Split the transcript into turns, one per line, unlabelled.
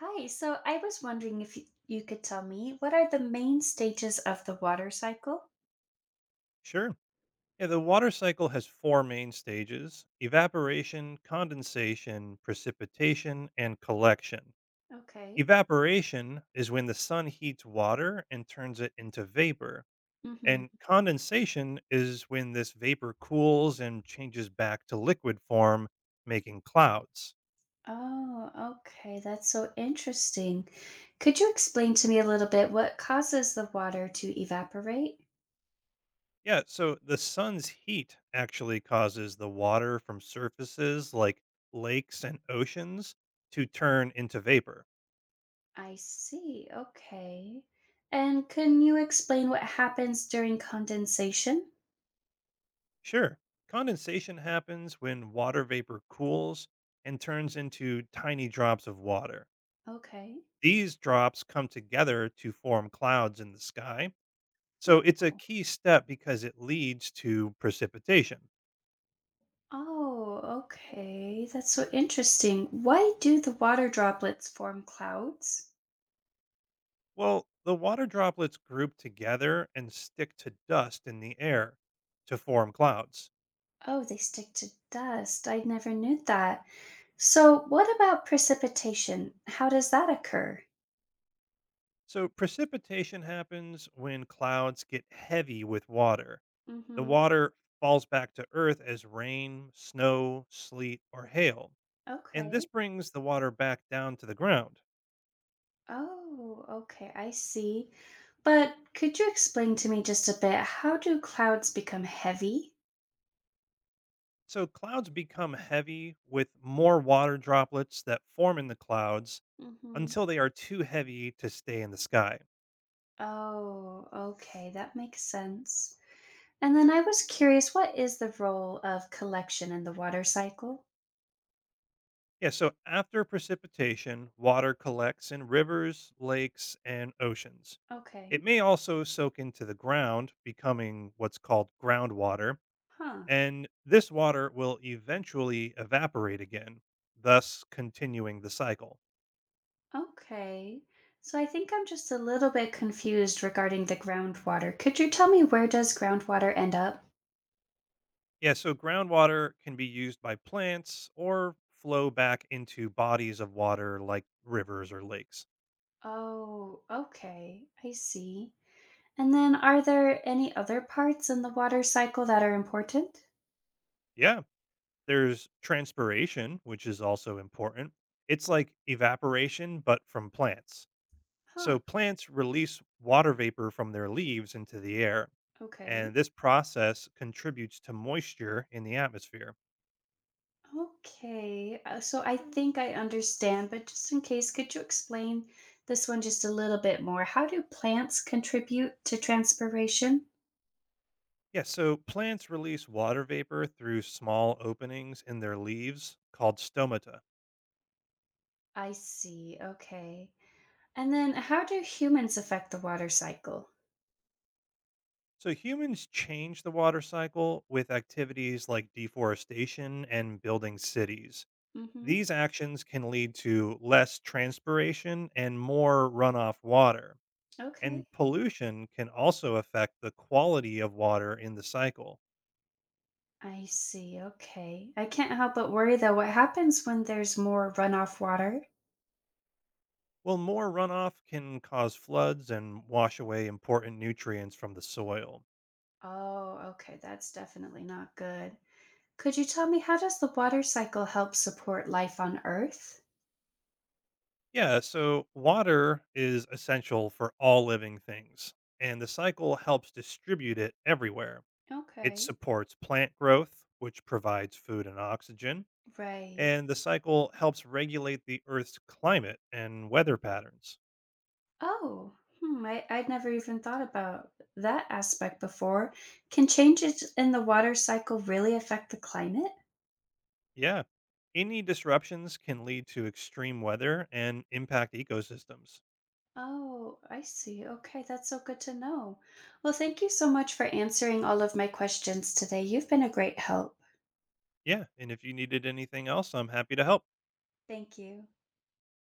Hi, so I was wondering if you could tell me what are the main stages of the water cycle?
Sure. Yeah, the water cycle has four main stages: evaporation, condensation, precipitation, and collection.
Okay.
Evaporation is when the sun heats water and turns it into vapor.
Mm-hmm.
And condensation is when this vapor cools and changes back to liquid form, making clouds.
Oh, okay. That's so interesting. Could you explain to me a little bit what causes the water to evaporate?
Yeah, so the sun's heat actually causes the water from surfaces like lakes and oceans to turn into vapor.
I see. Okay. And can you explain what happens during condensation?
Sure. Condensation happens when water vapor cools and turns into tiny drops of water.
Okay.
These drops come together to form clouds in the sky. So
Oh.
it's a key step because it leads to precipitation.
Oh, okay. That's so interesting. Why do the water droplets form clouds?
Well, the water droplets group together and stick to dust in the air to form clouds.
Oh, they stick to dust. I never knew that. So, what about precipitation? How does that occur?
So precipitation happens when clouds get heavy with water. The
Hmm.
water falls back to Earth as rain, snow, sleet, or hail, and this
Okay.
brings the water back down to the ground.
Oh, okay. I see. But could you explain to me just a bit how do clouds become heavy?
So clouds become heavy with more water droplets that form in the clouds
Hmm.
until they are too heavy to stay in the sky.
Oh, okay. That makes sense. And then I was curious, what is the role of collection in the water cycle?
Yeah, so after precipitation, water collects in rivers, lakes, and oceans.
Okay.
It may also soak into the ground, becoming what's called groundwater,
Huh.
and this water will eventually evaporate again, thus continuing the cycle.
Okay. So I think I'm just a little bit confused regarding the groundwater. Could you tell me where does groundwater end up?
Yeah, so groundwater can be used by plants or flow back into bodies of water like rivers or lakes.
Oh, okay. I see. And then are there any other parts in the water cycle that are important?
Yeah, there's transpiration, which is also important. It's like evaporation, but from plants.
Huh.
So plants release water vapor from their leaves into the air,
Okay.
and this process contributes to moisture in the atmosphere.
Okay. So I think I understand, but just in case, could you explain this one just a little bit more? How do plants contribute to transpiration?
Yeah, so plants release water vapor through small openings in their leaves called stomata.
I see. Okay. And then how do humans affect the water cycle?
So humans change the water cycle with activities like deforestation and building cities.
Hmm.
These actions can lead to less transpiration and more runoff water.
Okay.
And pollution can also affect the quality of water in the cycle.
I see. Okay. I can't help but worry though, what happens when there's more runoff water?
Well, more runoff can cause floods and wash away important nutrients from the soil.
Oh, okay. That's definitely not good. Could you tell me how does the water cycle help support life on Earth?
Yeah, so water is essential for all living things, and the cycle helps distribute it everywhere. It
Okay.
supports plant growth, which provides food and oxygen,
Right.
and the cycle helps regulate the Earth's climate and weather patterns.
Oh, hmm, I'd never even thought about that aspect before. Can changes in the water cycle really affect the climate?
Yeah, any disruptions can lead to extreme weather and impact ecosystems.
Oh, I see. Okay, that's so good to know. Well, thank you so much for answering all of my questions today. You've been a great help.
Yeah, and if you needed anything else, I'm happy to help.
Thank you.